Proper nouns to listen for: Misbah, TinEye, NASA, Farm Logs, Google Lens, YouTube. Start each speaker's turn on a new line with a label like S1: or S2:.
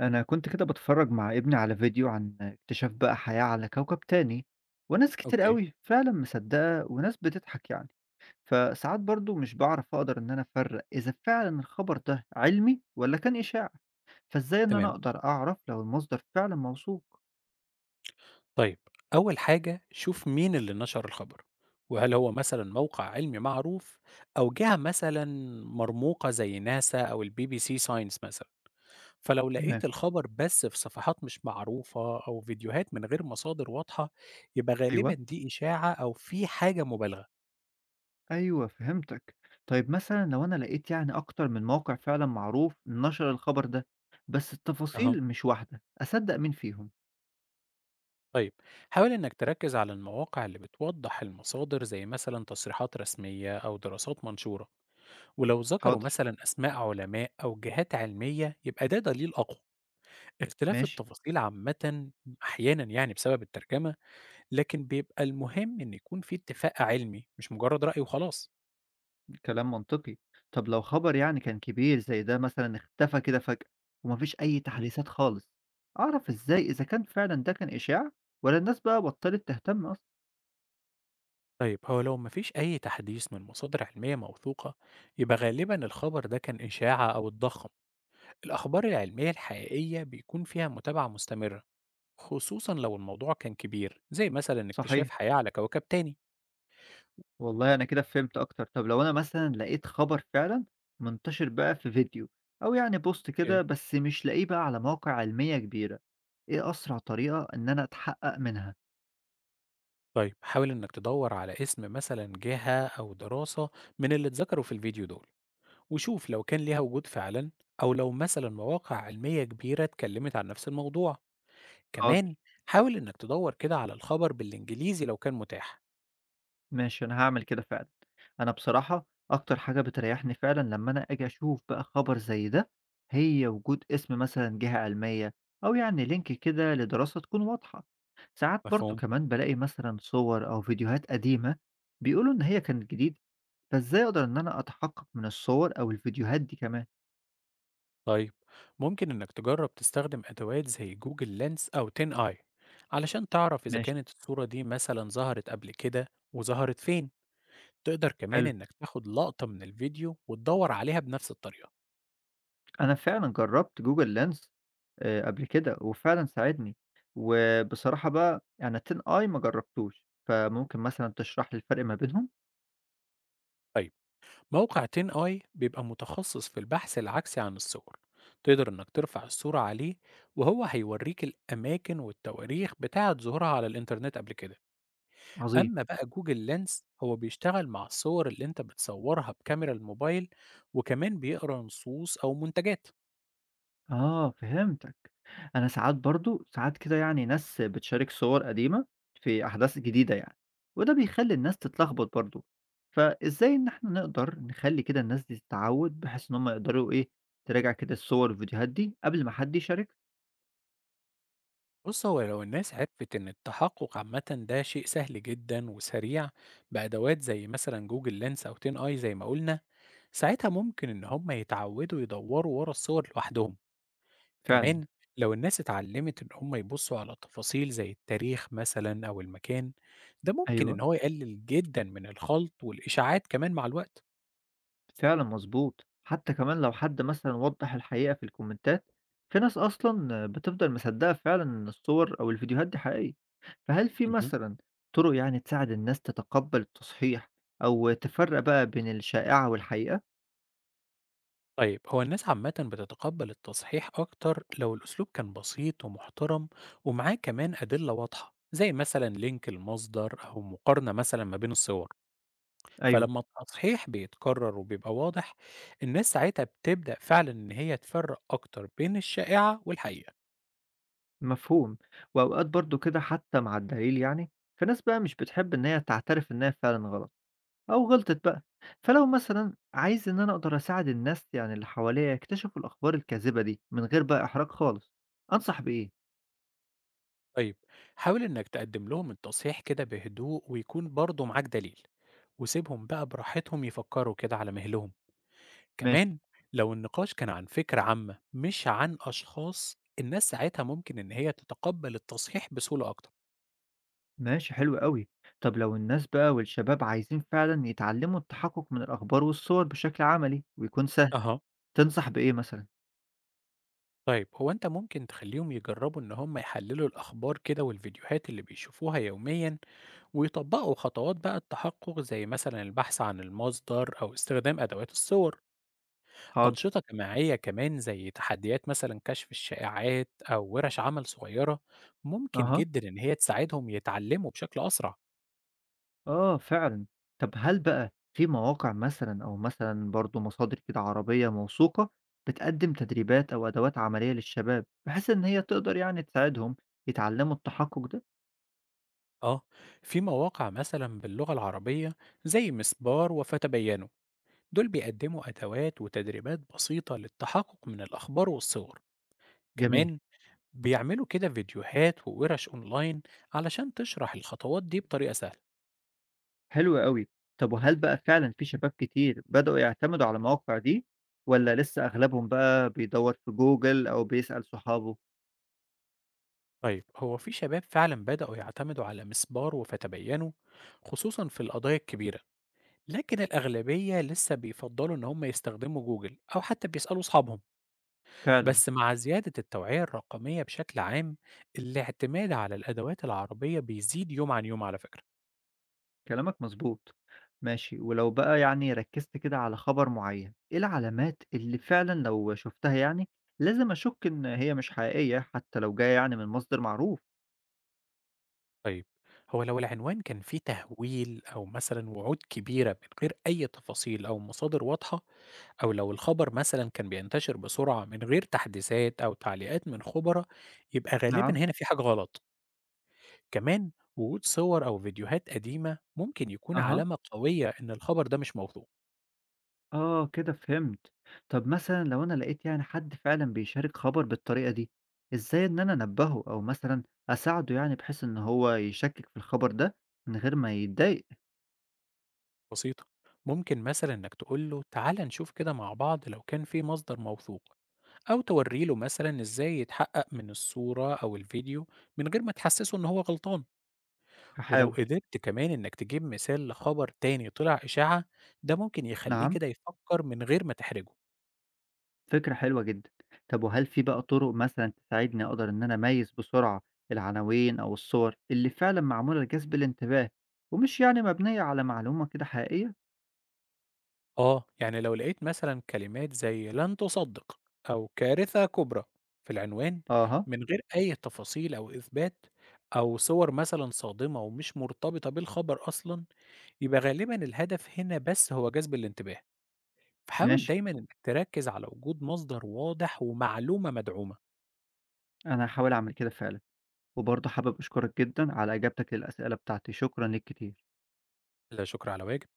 S1: أنا كنت كده بتفرج مع ابني على فيديو عن اكتشاف بقى حياة على كوكب تاني، وناس كتير
S2: أوكي،
S1: قوي فعلا مصدقة وناس بتضحك يعني. فساعات برضو مش بعرف أقدر إن أنا أفرق إذا فعلا الخبر ده علمي ولا كان إشاعة، فإزاي إن أنا
S2: تمام.
S1: أقدر أعرف لو المصدر فعلا موثوق؟
S2: طيب، أول حاجة شوف مين اللي نشر الخبر، وهل هو مثلًا موقع علمي معروف أو جهة مثلًا مرموقة زي ناسا أو الBBC Science مثلًا. فلو
S1: تمام.
S2: لقيت الخبر بس في صفحات مش معروفة أو فيديوهات من غير مصادر واضحة، يبقى غالبًا
S1: ايوه،
S2: دي إشاعة أو في حاجة مبالغة.
S1: أيوة فهمتك. طيب مثلا لو أنا لقيت يعني أكتر من موقع فعلا معروف نشر الخبر ده، بس
S2: أها،
S1: التفاصيل مش واحدة، أصدق مين فيهم؟
S2: طيب، حاول إنك تركز على المواقع اللي بتوضح المصادر زي مثلًا تصريحات رسمية أو دراسات منشورة. ولو ذكروا
S1: حاضر.
S2: مثلا أسماء علماء أو جهات علمية يبقى ده دليل أقوى. اختلاف
S1: ماشي.
S2: التفاصيل عامة أحيانا يعني بسبب الترجمة، لكن بيبقى المهم إن يكون في اتفاق علمي مش مجرد رأي وخلاص.
S1: كلام منطقي. طب لو خبر يعني كان كبير زي ده مثلًا اختفى كده فجأة ومفيش أي
S2: مم.
S1: تحديثات خالص، أعرف إزاي إذا كان فعلًا ده كان إشاعة والّا الناس بقى بطلت تهتم أصلًا؟
S2: طيب، هو لو مفيش أي تحديث من مصادر علمية موثوقة يبقى غالبا الخبر ده كان إشاعة أو اتضخم. الأخبار العلمية الحقيقية بيكون فيها متابعة مستمرة، خصوصا لو الموضوع كان كبير زي مثلا اكتشاف
S1: صحيح.
S2: حياة على كوكب تاني.
S1: والله أنا كده فهمت أكتر. طب لو أنا مثلًا لقيت خبر فعلًا منتشر بقى في فيديو أو يعني بوست كده، بس مش لاقيه بقى على مواقع علمية كبيرة، إيه أسرع طريقة إن أنا أتحقق منها؟
S2: طيب، حاول إنك تدور على اسم مثلا جهة أو دراسة من اللي اتذكروا في الفيديو دول، وشوف لو كان ليها وجود فعلا، أو لو مثلا مواقع علمية كبيرة اتكلمت عن نفس الموضوع. كمان، حاول إنك تدور كده على الخبر بالإنجليزي لو كان متاح.
S1: ماشي، أنا هاعمل كده فعلًا. أنا بصراحة أكتر حاجة بتريّحني فعلًا لمّا أنا آجي أشوف بقى خبر زي ده، هي وجود اسم مثلًا جهة عِلمية، أو يعني link كده لدراسة تكون واضحة. ساعات برضه
S2: مفهوم؟
S1: كمان بالاقي مثلًا صور أو فيديوهات قديمة بيقولوا إن هي كانت جديدة، فإزاي أقدر إن أنا أتحقق من الصور أو الفيديوهات دي كمان؟
S2: طيب، ممكن إنك تجرب تستخدم أدوات زي جوجل لينس أو تين آي علشان تعرف إذا
S1: ماشي.
S2: كانت الصورة دي مثلا ظهرت قبل كده وظهرت فين. تقدر كمان
S1: حلو.
S2: إنك تاخد لقطة من الفيديو وتدور عليها بنفس الطريقة.
S1: أنا فعلًا جرّبت Google Lens قبل كده، وفعلًا ساعدني، وبصراحة بقى يعني الTen I ما جرّبتوش، فممكن مثلًا تشرح لي الفرق ما بينهم؟
S2: طيب، موقع 10 اي بيبقى متخصص في البحث العكسي عن الصور. تقدر انك ترفع الصورة عليه وهو هيوريك الاماكن والتواريخ بتاعة ظهورها على الانترنت قبل كده.
S1: عظيم.
S2: اما بقى جوجل لينس هو بيشتغل مع الصور اللي انت بتصورها بكاميرا الموبايل، وكمان بيقرا نصوص او منتجات.
S1: آه فهمتك. أنا ساعات برضه ساعات كده يعني ناس بتشارك صور قديمة في أحداث جديدة يعني، وده بيخلّي الناس تتلخبط برضه، فإزاي إن إحنا نقدر نخلّي كده الناس دي تتعوّد، بحيث إن هم يقدروا إيه، تراجع كده الصور والفيديوهات دي قبل ما حد يشاركها؟
S2: بص، هو لو الناس عرفت ان التحقق عامة ده شيء سهل جدا وسريع بأدوات زي مثلا جوجل لينس او 10 اي زي ما قلنا، ساعتها ممكن ان هم يتعودوا يدوروا ورا الصور لوحدهم.
S1: فعلًا.
S2: كمان، لو الناس اتعلمت إن هم يبصوا على تفاصيل زي التاريخ مثلا أو المكان، ده ممكن
S1: أيوه.
S2: إن هو يقلل جدا من الخلط والإشاعات كمان مع الوقت.
S1: فعلًا مضبوط. حتى كمان لو حد مثلًا وضّح الحقيقة في الكومنتات، في ناس أصلًا بتفضل مصدقة فعلًا إن الصور أو الفيديوهات دي حقيقية، فهل في
S2: مهم.
S1: مثلًا طرق يعني تساعد الناس تتقبل التصحيح أو تفرق بقى بين الشائعة والحقيقة؟
S2: طيب، هو الناس عامة بتتقبل التصحيح أكتر لو الأسلوب كان بسيط ومحترم، ومعاه كمان أدلة واضحة زي مثلا لينك المصدر أو مقارنة مثلا ما بين الصور.
S1: أيوه.
S2: فلما التصحيح بيتكرر وبيبقى واضح، الناس ساعتها بتبدأ فعلا إن هي تفرق أكتر بين الشائعة والحقيقة.
S1: مفهوم. وأوقات برضه كده حتى مع الدليل يعني، في ناس بقى مش بتحب إن هي تعترف إن هي فعلًا غلط، أو غلطت بقى، فلو مثلًا عايز إن أنا أقدر أساعد الناس يعني اللي حواليّا يكتشفوا الأخبار الكاذبة دي من غير بقى إحراج خالص، أنصح بإيه؟
S2: طيب، حاول إنك تقدم لهم التصحيح كده بهدوء ويكون برضه معاك دليل، وسيبهم بقى براحتهم يفكروا كده على مهلهم.
S1: ماشي.
S2: كمان، لو النقاش كان عن فكرة عامة مش عن أشخاص، الناس ساعتها ممكن إن هي تتقبل التصحيح بسهولة أكتر.
S1: ماشي، حلو أوي. طب لو الناس بقى والشباب عايزين فعلًا يتعلموا التحقق من الأخبار والصور بشكل عملي ويكون سهل،
S2: اها.
S1: تنصح بإيه مثلًا؟
S2: طيب، هو انت ممكن تخليهم يجربوا ان هم يحللوا الاخبار كده والفيديوهات اللي بيشوفوها يوميا، ويطبقوا خطوات بقى التحقق زي مثلا البحث عن المصدر او استخدام ادوات الصور.
S1: حاضر.
S2: أنشطة جماعية كمان زي تحديات مثلا كشف الشائعات أو ورش عمل صغيرة ممكن
S1: أها.
S2: جدا إن هي تساعدهم يتعلموا بشكل أسرع.
S1: آه فعلًا. طب هل بقى في مواقع مثلًا أو مثلًا برضه مصادر كده عربية موثوقة بتقدّم تدريبات أو أدوات عملية للشباب، بحيث إن هي تقدر يعني تساعدهم يتعلّموا التحقق ده؟
S2: آه، في مواقع مثلا باللغة العربية زي مسبار وفتبينوا، دول بيقدموا أدوات وتدريبات بسيطة للتحقق من الأخبار والصور.
S1: جميل.
S2: كمان بيعملوا كده فيديوهات وورش أونلاين علشان تشرح الخطوات دي بطريقة سهلة.
S1: حلو أوي. طب وهل بقى فعلًا في شباب كتير بدأوا يعتمدوا على المواقع دي والّا لسه أغلبهم بقى بيدوّر في جوجل أو بيسأل صحابه؟
S2: طيب، هو في شباب فعلا بدأوا يعتمدوا على مسبار وفتبينوا خصوصا في القضايا الكبيرة، لكن الأغلبية لسه بيفضّلوا إن هم يستخدموا جوجل أو حتى بيسألوا أصحابهم،
S1: فعلًا.
S2: بس مع زيادة التوعية الرقمية بشكل عام، الاعتماد على الأدوات العربية بيزيد يوم عن يوم على فكرة.
S1: كلامك مظبوط. ماشي، ولو بقى يعني ركزت كده على خبر معين، ايه العلامات اللي فعلا لو شفتها يعني لازم اشك ان هي مش حقيقية حتى لو جاية يعني من مصدر معروف؟
S2: طيب، هو لو العنوان كان فيه تهويل أو مثلًا وعود كبيرة من غير أي تفاصيل أو مصادر واضحة، أو لو الخبر مثلًا كان بينتشر بسرعة من غير تحديثات أو تعليقات من خبراء، يبقى غالبًا
S1: نعم.
S2: هنا في حاجة غلط. كمان، وجود صور أو فيديوهات قديمة ممكن يكون
S1: اها.
S2: علامة قوية إن الخبر ده مش موثوق.
S1: اه كده فهمت. طب مثلا لو انا لقيت يعني حد فعلا بيشارك خبر بالطريقة دي، ازاي ان انا انبهه او مثلا اساعده يعني بحيث ان هو يشكك في الخبر ده من غير ما يتضايق؟
S2: بسيطة، ممكن مثلا إنك تقول له تعال نشوف كده مع بعض لو كان في مصدر موثوق، أو توري له مثلا إزاي يتحقق من الصورة أو الفيديو من غير ما تحسسه إن هو غلطان. ولو
S1: هحاول.
S2: قدرت كمان إنك تجيب مثال لخبر تاني طلع إشاعة، ده ممكن يخليه
S1: نعم.
S2: كده يفكر من غير ما تحرجه.
S1: فكرة حلوة جدًا. طب وهل في بقى طُرق مثلًا تساعدني أقدر إن أنا أميّز بسرعة العناوين أو الصور اللي فعلًا معمولة لجذب الانتباه، ومش يعني مبنية على معلومة كده حقيقية؟
S2: آه، يعني لو لقيت مثلًا كلمات زي لن تصدق أو كارثة كبرى في العنوان
S1: أها.
S2: من غير أي تفاصيل أو إثبات، أو صور مثلًا صادمة ومش مرتبطة بالخبر أصلًا، يبقى غالبًا الهدف هنا بس هو جذب الانتباه، فحاول
S1: ماشي.
S2: دايمًا إنك تركز على وجود مصدر واضح ومعلومة مدعومة.
S1: أنا هاحاول أعمل كده فعلًا. وبرضه حابب أشكرك جدًا على إجابتك للأسئلة بتاعتي، شكرًا ليك كتير.
S2: لا شكر على واجب.